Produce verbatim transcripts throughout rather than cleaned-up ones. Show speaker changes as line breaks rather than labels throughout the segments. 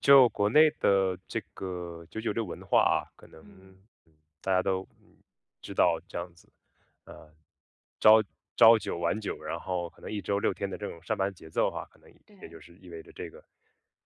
就国内的这个九九六文化啊，可能，
嗯，
嗯，大家都，嗯，知道这样子，呃，朝朝九晚九，然后可能一周六天的这种上班节奏哈，可能也
对，
就是意味着这个。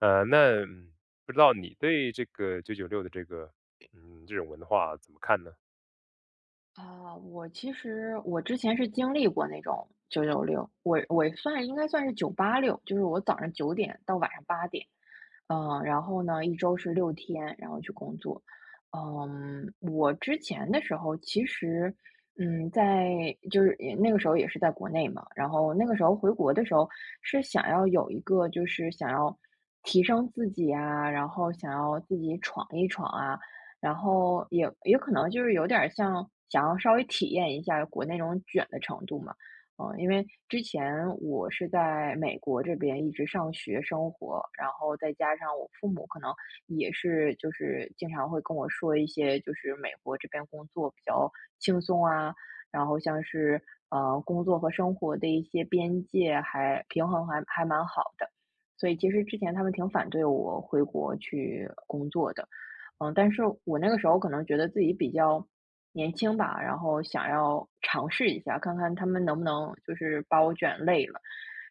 呃，那，嗯，不知道你对这个九九六的这个，嗯，这种文化怎么看呢？
啊，我其实我之前是经历过那种九九六，我我算应该算是九八六，就是我早上九点到晚上八点，嗯，然后呢，一周是六天，然后去工作。嗯，我之前的时候其实，嗯，在就是也那个时候也是在国内嘛，然后那个时候回国的时候是想要有一个就是想要提升自己啊，然后想要自己闯一闯啊。然后也也可能就是有点儿像想要稍微体验一下国内那种卷的程度嘛。嗯，因为之前我是在美国这边一直上学生活，然后再加上我父母可能也是就是经常会跟我说一些，就是美国这边工作比较轻松啊，然后像是呃工作和生活的一些边界还平衡还还蛮好的，所以其实之前他们挺反对我回国去工作的。嗯，但是我那个时候可能觉得自己比较年轻吧，然后想要尝试一下，看看他们能不能就是把我卷累了，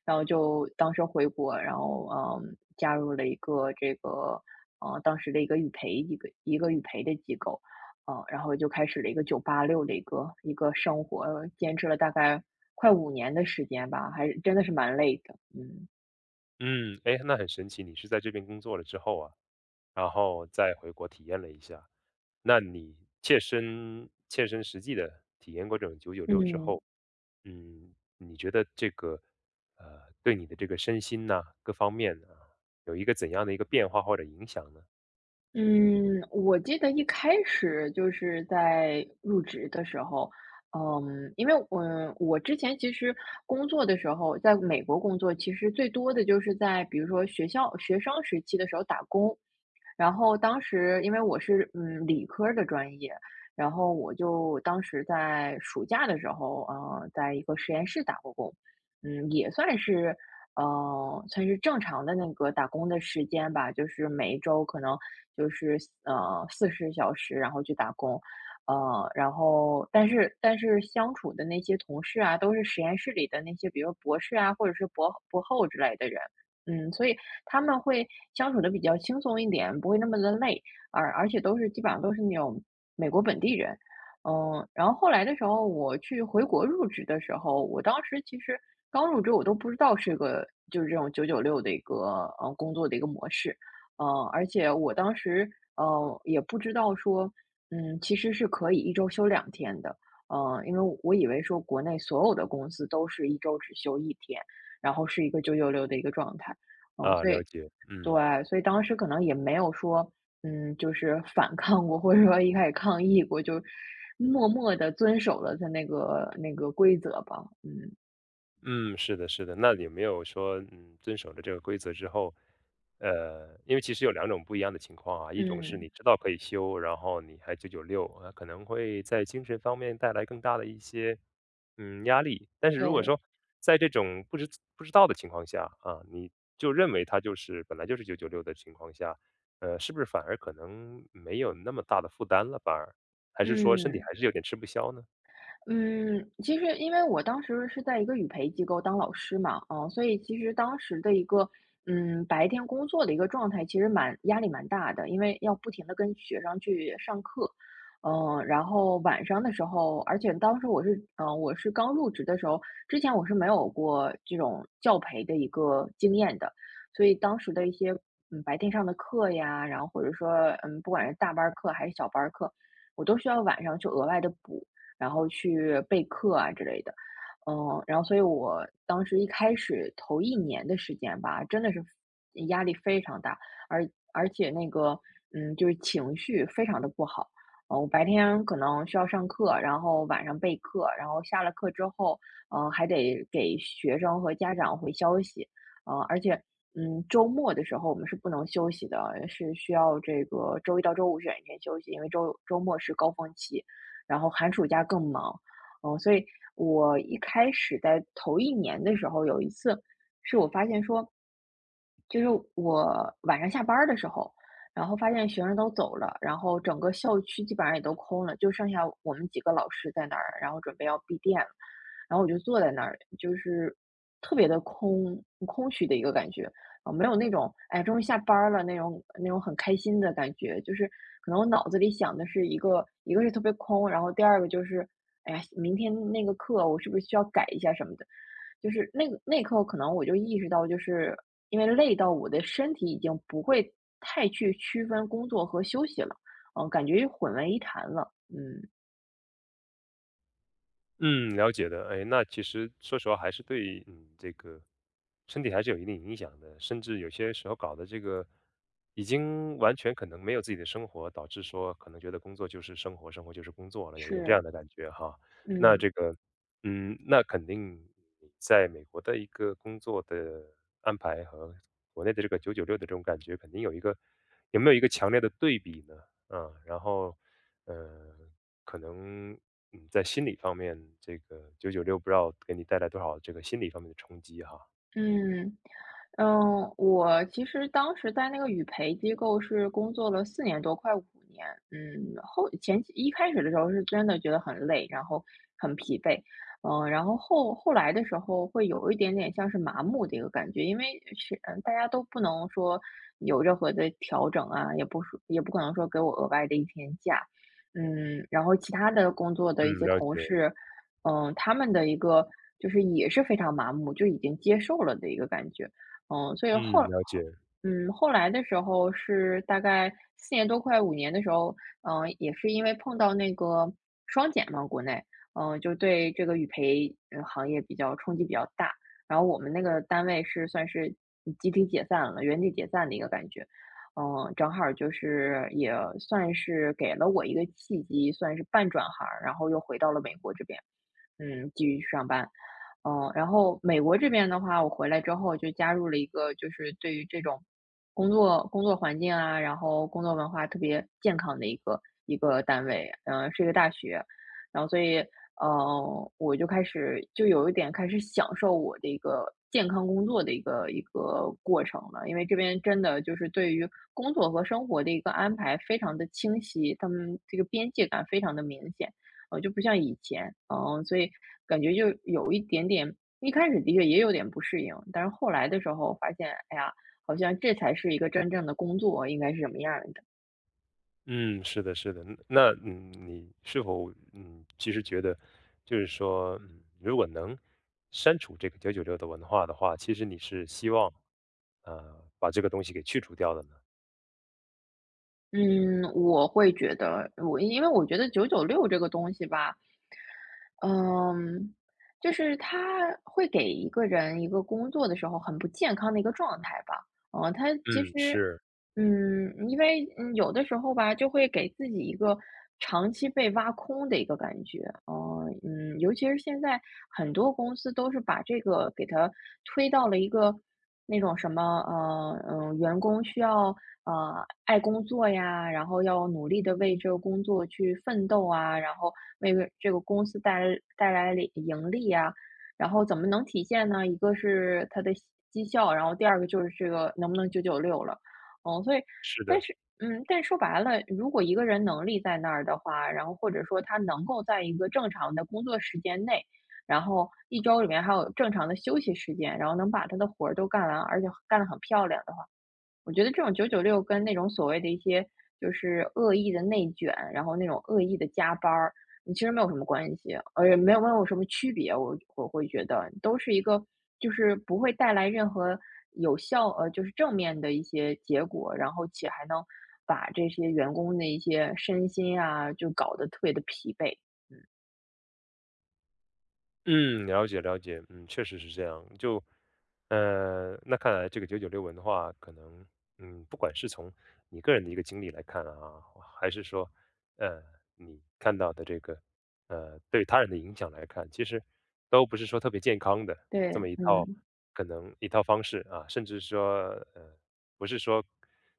然后就当时回国，然后嗯，加入了一个这个呃当时的一个语培一个一个语培的机构，嗯，然后就开始了一个九八六的一个一个生活，坚持了大概快五年的时间吧，还是真的是蛮累的。嗯
嗯，哎，那很神奇，你是在这边工作了之后啊，然后再回国体验了一下。那你切身切身实际的体验过这种九九六之
嗯。
后，嗯，你觉得这个，呃，对你的这个身心呐，各方面啊，有一个怎样的一个变化或者影响呢？
嗯，我记得一开始就是在入职的时候，嗯，因为我我之前其实工作的时候，在美国工作，其实最多的就是在比如说学校学生时期的时候打工，然后当时因为我是嗯理科儿的专业，然后我就当时在暑假的时候，嗯，在一个实验室打过工，嗯，也算是嗯算是正常的那个打工的时间吧，就是每一周可能就是呃四十小时，然后去打工。呃，然后，但是但是相处的那些同事啊，都是实验室里的那些，比如博士啊，或者是博博后之类的人，嗯，所以他们会相处的比较轻松一点，不会那么的累，而而且都是基本上都是那种美国本地人。嗯，然后后来的时候，我去回国入职的时候，我当时其实刚入职，我都不知道是个就是这种九九六的一个呃，工作的一个模式。嗯，而且我当时，呃，也不知道说，嗯，其实是可以一周休两天的。嗯，因为我以为说国内所有的公司都是一周只休一天，然后是一个九九六的一个状态。嗯，
啊，
所以
了解。嗯，
对，所以当时可能也没有说，嗯，就是反抗过，或者说一开始抗议过，就默默的遵守了他那个那个规则吧。嗯，
嗯，是的，是的。那有没有说，嗯，遵守了这个规则之后，呃，因为其实有两种不一样的情况啊，一种是
嗯，
你知道可以休，然后你还九九六，啊，可能会在精神方面带来更大的一些嗯，压力。但是如果
对。
说在这种不知不知道的情况下啊，你就认为它就是本来就是九九六的情况下，呃，是不是反而可能没有那么大的负担了？反而还是说身体
嗯。
还是有点吃不消呢？
嗯，其实因为我当时是在一个语培机构当老师嘛，嗯，所以其实当时的一个，嗯，白天工作的一个状态，其实蛮压力蛮大的，因为要不停的跟学生去上课，嗯，然后晚上的时候，而且当时我是，嗯，我是刚入职的时候，之前我是没有过这种教培的一个经验的，所以当时的一些，嗯，白天上的课呀，然后或者说，嗯，不管是大班儿课还是小班儿课，我都需要晚上去额外的补。然后去备课啊之类的。嗯，然后所以我当时一开始头一年的时间吧，真的是压力非常大，而而且那个，嗯，就是情绪非常的不好。呃，我白天可能需要上课，然后晚上备课，然后下了课之后，呃，还得给学生和家长回消息，呃，而且，嗯，周末的时候我们是不能休息的，是需要这个周一到周五选一天休息，因为周周末是高峰期，然后寒暑假更忙。嗯，所以我一开始在头一年的时候，有一次是我发现说，就是我晚上下班儿的时候，然后发现学生都走了，然后整个校区基本上也都空了，就剩下我们几个老师在那儿，然后准备要闭店了。然后我就坐在那儿，就是特别的空空虚的一个感觉，啊，没有那种，哎，终于下班儿了那种那种很开心的感觉。就是可能我脑子里想的是一个一个是特别空，然后第二个就是，哎呀，明天那个课我是不是需要改一下什么的。就是那个那一刻可能我就意识到，就是因为累到我的身体已经不会太去区分工作和休息了，嗯，感觉混为一谈了。嗯，
嗯，了解的。哎，那其实说实话还是对，嗯，这个身体还是有一定影响的，甚至有些时候搞的这个已经完全可能没有自己的生活，导致说可能觉得工作就是生活，生活就是工作了，有一点这
是。
样的感觉哈。那
嗯。
这个，嗯，那肯定你在美国的一个工作的安排和国内的这个九九六的这种感觉，肯定有一个有没有一个强烈的对比呢？啊，然后。呃，可能嗯，在心理方面，这个九九六不知道给你带来多少这个心理方面的冲击哈。
嗯，嗯，我其实当时在那个语培机构是工作了四年多，快五年。嗯，后前期一开始的时候是真的觉得很累，然后很疲惫。嗯，然后后后来的时候会有一点点像是麻木的一个感觉，因为是嗯，大家都不能说有任何的调整啊，也不是也不可能说给我额外的一天假。嗯，然后其他的工作的一
嗯，
些
了
同
解。
事。嗯，他们的一个就是也是非常麻木，就已经接受了的一个感觉。嗯，所以后
嗯，了解。
后嗯，后来的时候是大概四年多快五年的时候，嗯，也是因为碰到那个双减嘛，国内，嗯，就对这个语培，嗯行业比较冲击比较大。然后我们那个单位是算是集体解散了，原地解散的一个感觉。嗯，正好儿就是也算是给了我一个契机，算是半转行儿然后又回到了美国这边。嗯，继续去上班。嗯，然后美国这边的话，我回来之后就加入了一个就是对于这种工作工作环境啊，然后工作文化特别健康的一个一个单位，嗯，是一个大学。然后所以，嗯，我就开始就有一点开始享受我的一个健康工作的一个一个过程了，因为这边真的就是对于工作和生活的一个安排非常的清晰，他们这个边界感非常的明显。呃，就不像以前，嗯，所以感觉就有一点点，一开始的确也有点不适应，但是后来的时候发现，哎呀，好像这才是一个真正的工作应该是什么样儿的。
嗯，是的，是的。嗯那嗯，你是否嗯，其实觉得就是说，嗯，如果能删除这个九九六的文化的话，其实你是希望呃把这个东西给去除掉的呢？
嗯，我会觉得我因为我觉得九九六这个东西吧，嗯，就是他会给一个人一个工作的时候很不健康的一个状态吧。嗯，他其
嗯，
实，
是，
嗯，因为嗯有的时候吧，就会给自己一个长期被挖空的一个感觉。嗯嗯，尤其是现在很多公司都是把这个给他推到了一个那种什么，呃，嗯，员工需要呃爱工作呀，然后要努力的为这个工作去奋斗啊，然后为这个公司带来带来利盈利啊？然后怎么能体现呢？一个是它的绩绩效，然后第二个就是这个能不能九九六了。嗯，所以
是
但
的。
是嗯，但说白了，如果一个人能力在那儿的话，然后或者说他能够在一个正常的工作时间内，然后一周里面还有正常的休息时间，然后能把他的活儿都干完，而且干得很漂亮，我觉得这种九九六跟那种所谓的一些就是恶意的内卷，然后那种恶意的加班儿，你其实没有什么关系，呃，且没有没有什么区别，我我会觉得都是一个就是不会带来任何有效呃，就是正面的一些结果，然后且还能把这些员工的一些身心啊，就搞得特别的疲惫。
嗯，了解了解。嗯，确实是这样。就，呃，那看来这个九九六文化可能，嗯，不管是从你个人的一个经历来看啊，还是说，呃，你看到的这个，呃，对他人的影响来看，其实都不是说特别健康的
对。
这么一套，
嗯。
可能一套方式啊，甚至说，呃，不是说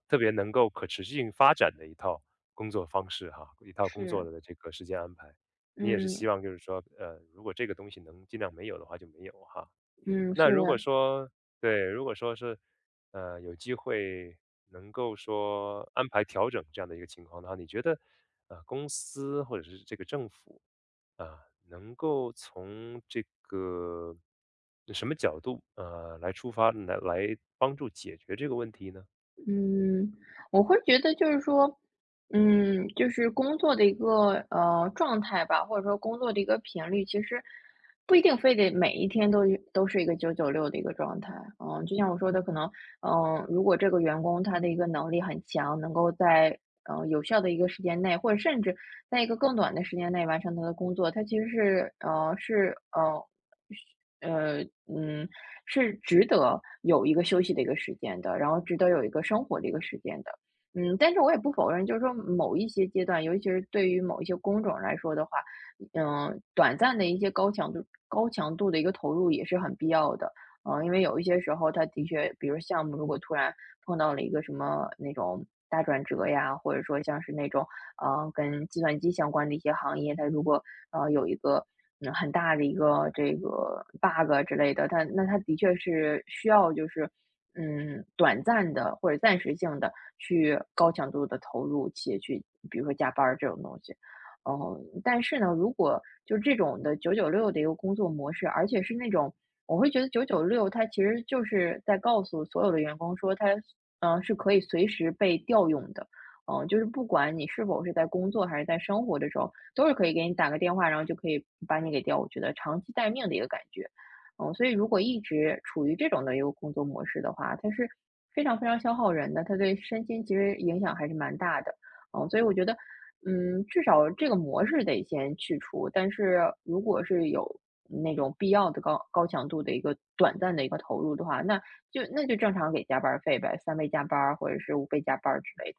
特别能够可持续性发展的一套工作方式哈，一套工作
是。
的这个时间安排。你也是
嗯。
希望就是说，呃，如果这个东西能尽量没有的话就没有哈。
嗯。是。
那如果说对，如果说是，呃，有机会能够说安排调整这样的一个情况的话，你觉得，呃，公司或者是这个政府啊，能够从这个什么角度，呃，来出发来来帮助解决这个问题呢？
嗯，我会觉得就是说，嗯，就是工作的一个呃状态吧，或者说工作的一个频率，其实不一定非得每一天都是都是一个九九六的一个状态。嗯，就像我说的，可能嗯、呃如果这个员工他的一个能力很强，能够在呃有效的一个时间内，或者甚至在一个更短的时间内完成他的工作，他其实是呃是呃呃，嗯，是值得有一个休息的一个时间的，然后值得有一个生活的一个时间的。嗯，但是我也不否认，就是说某一些阶段，尤其是对于某一些工种来说的话，嗯，短暂的一些高强度、高强度的一个投入也是很必要的。嗯，因为有一些时候，它的确，比如项目如果突然碰到了一个什么那种大转折呀，或者说像是那种，嗯呃跟计算机相关的一些行业，它如果呃，有一个，嗯，很大的一个这个 bug 之类的，它那它的确是需要就是，嗯，短暂的或者暂时性的去高强度的投入去去，比如说加班儿这种东西。嗯，但是呢，如果就这种的九九六的一个工作模式，而且是那种，我会觉得九九六它其实就是在告诉所有的员工说，它，嗯是可以随时被调用的。嗯，就是不管你是否是在工作还是在生活的时候，都是可以给你打个电话，然后就可以把你给调我觉得长期待命的一个感觉。嗯，所以如果一直处于这种的一个工作模式的话，它是非常非常消耗人的，它对身心其实影响还是蛮大的。嗯，所以我觉得，嗯，至少这个模式得先去除，但是如果是有那种必要的高高强度的一个短暂的一个投入的话，那就那就正常给加班儿费呗，三倍加班儿或者是五倍加班儿之类的。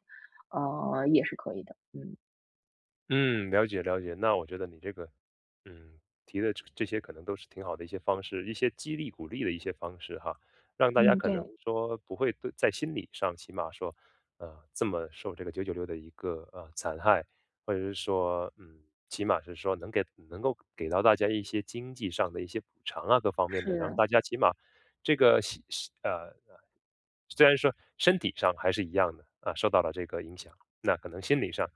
呃，也是可以的。嗯。
嗯，了解了解。那我觉得你这个，嗯，提的这这些可能都是挺好的一些方式，一些激励鼓励的一些方式哈，让大家
嗯，
可能
对。
说不会对在心理上起码说，呃，这么受这个九九六的一个呃残害，或者是说，嗯，起码是说能给能够给到大家一些经济上的一些补偿啊，各方面的，然后
是。
大家起码这个心心呃呃虽然说身体上还是一样的啊，受到了这个影响，那可能心理上。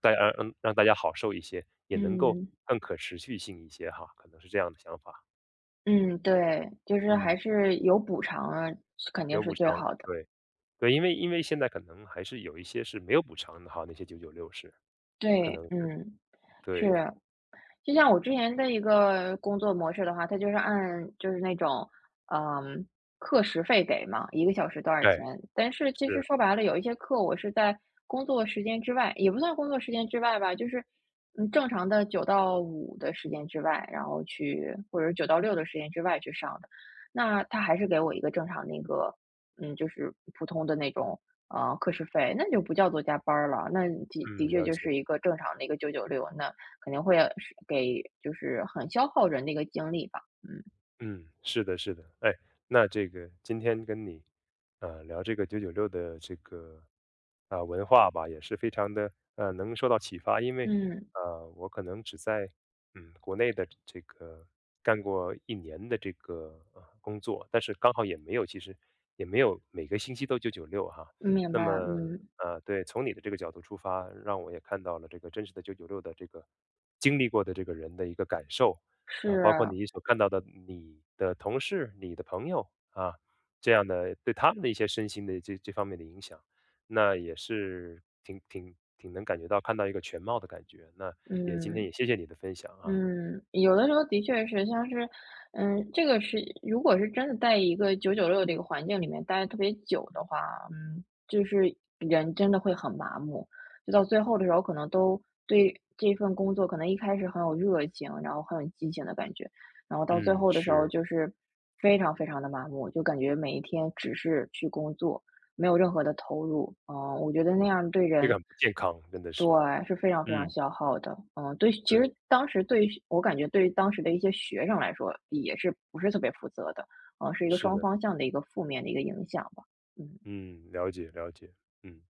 大家让让大家好受一些，也能够
嗯。
更可持续性一些哈，可能是这样的想法。
嗯。对，就是还
嗯，
是有补偿啊，是肯定
有
是
补
最
偿，
好的。
对，对，因为因为现在可能还是有一些是没有补偿的哈，那些九九六是，可
对。
能是，
嗯。是。
对，
就像我之前的一个工作模式的话，它就是按就是那种，嗯，课时费给嘛一个小时多少
哎，
钱。但是其实
是，
说白了，有一些课我是在工作时间之外，也不算工作时间之外吧，就是，嗯，正常的九到五的时间之外，然后去或者九到六的时间之外去上的。那他还是给我一个正常的一个，嗯，就是普通的那种，呃，课时费，那就不叫做加班儿了，那的的
嗯，
确
了
就
解。
是一个正常的一个九九六那肯定会是给就是很消耗人的一个精力吧。嗯。
嗯，是的，是的，哎，那这个今天跟你，呃，聊这个九九六的这个啊、文化吧，也是非常的呃能受到启发，因为
嗯，
呃我可能只在嗯国内的这个干过一年的这个呃工作，但是刚好也没有，其实也没有每个星期都九九六哈。
明
那
白
么
了。嗯。
呃，对，从你的这个角度出发，让我也看到了这个真实的九九六的这个经历过的这个人的一个感受啊，包括
是。
你所看到的你的同事、你的朋友啊，这样的对他们的一些身心的这这方面的影响，那也是挺挺挺能感觉到看到一个全貌的感觉。那也今天
嗯。
也谢谢你的分享啊。
嗯。有的时候的确是，像是，嗯，这个是如果是真的在一个九九六的一个环境里面待得特别久的话，嗯，就是人真的会很麻木，就到最后的时候，可能都对这份工作可能一开始很有热情，然后很有激情的感觉，然后到最
嗯，
后的时候
是
就是非常非常的麻木，就感觉每一天只是去工作。没有任何的投入。嗯，我觉得那样对
这个
人
很不健康，真的
对，
是，
是非常非常
嗯，
消耗的。嗯，对，其
对，
实当时对于我感觉对于当时的一些学生来说，也是不是特别负责的，嗯，是一个
是
双
的。
方向的一个负面的一个影响吧。嗯。
嗯，了解了解。嗯，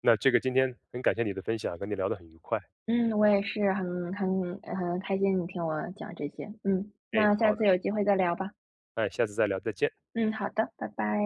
那这个今天很感谢你的分享，跟你聊得很愉快，
嗯，我也是很很很开心你听我讲这些，嗯，
哎，
那下
好
次
的，
有机会再聊吧。
哎，下次再聊，再见。
嗯，好的，拜拜。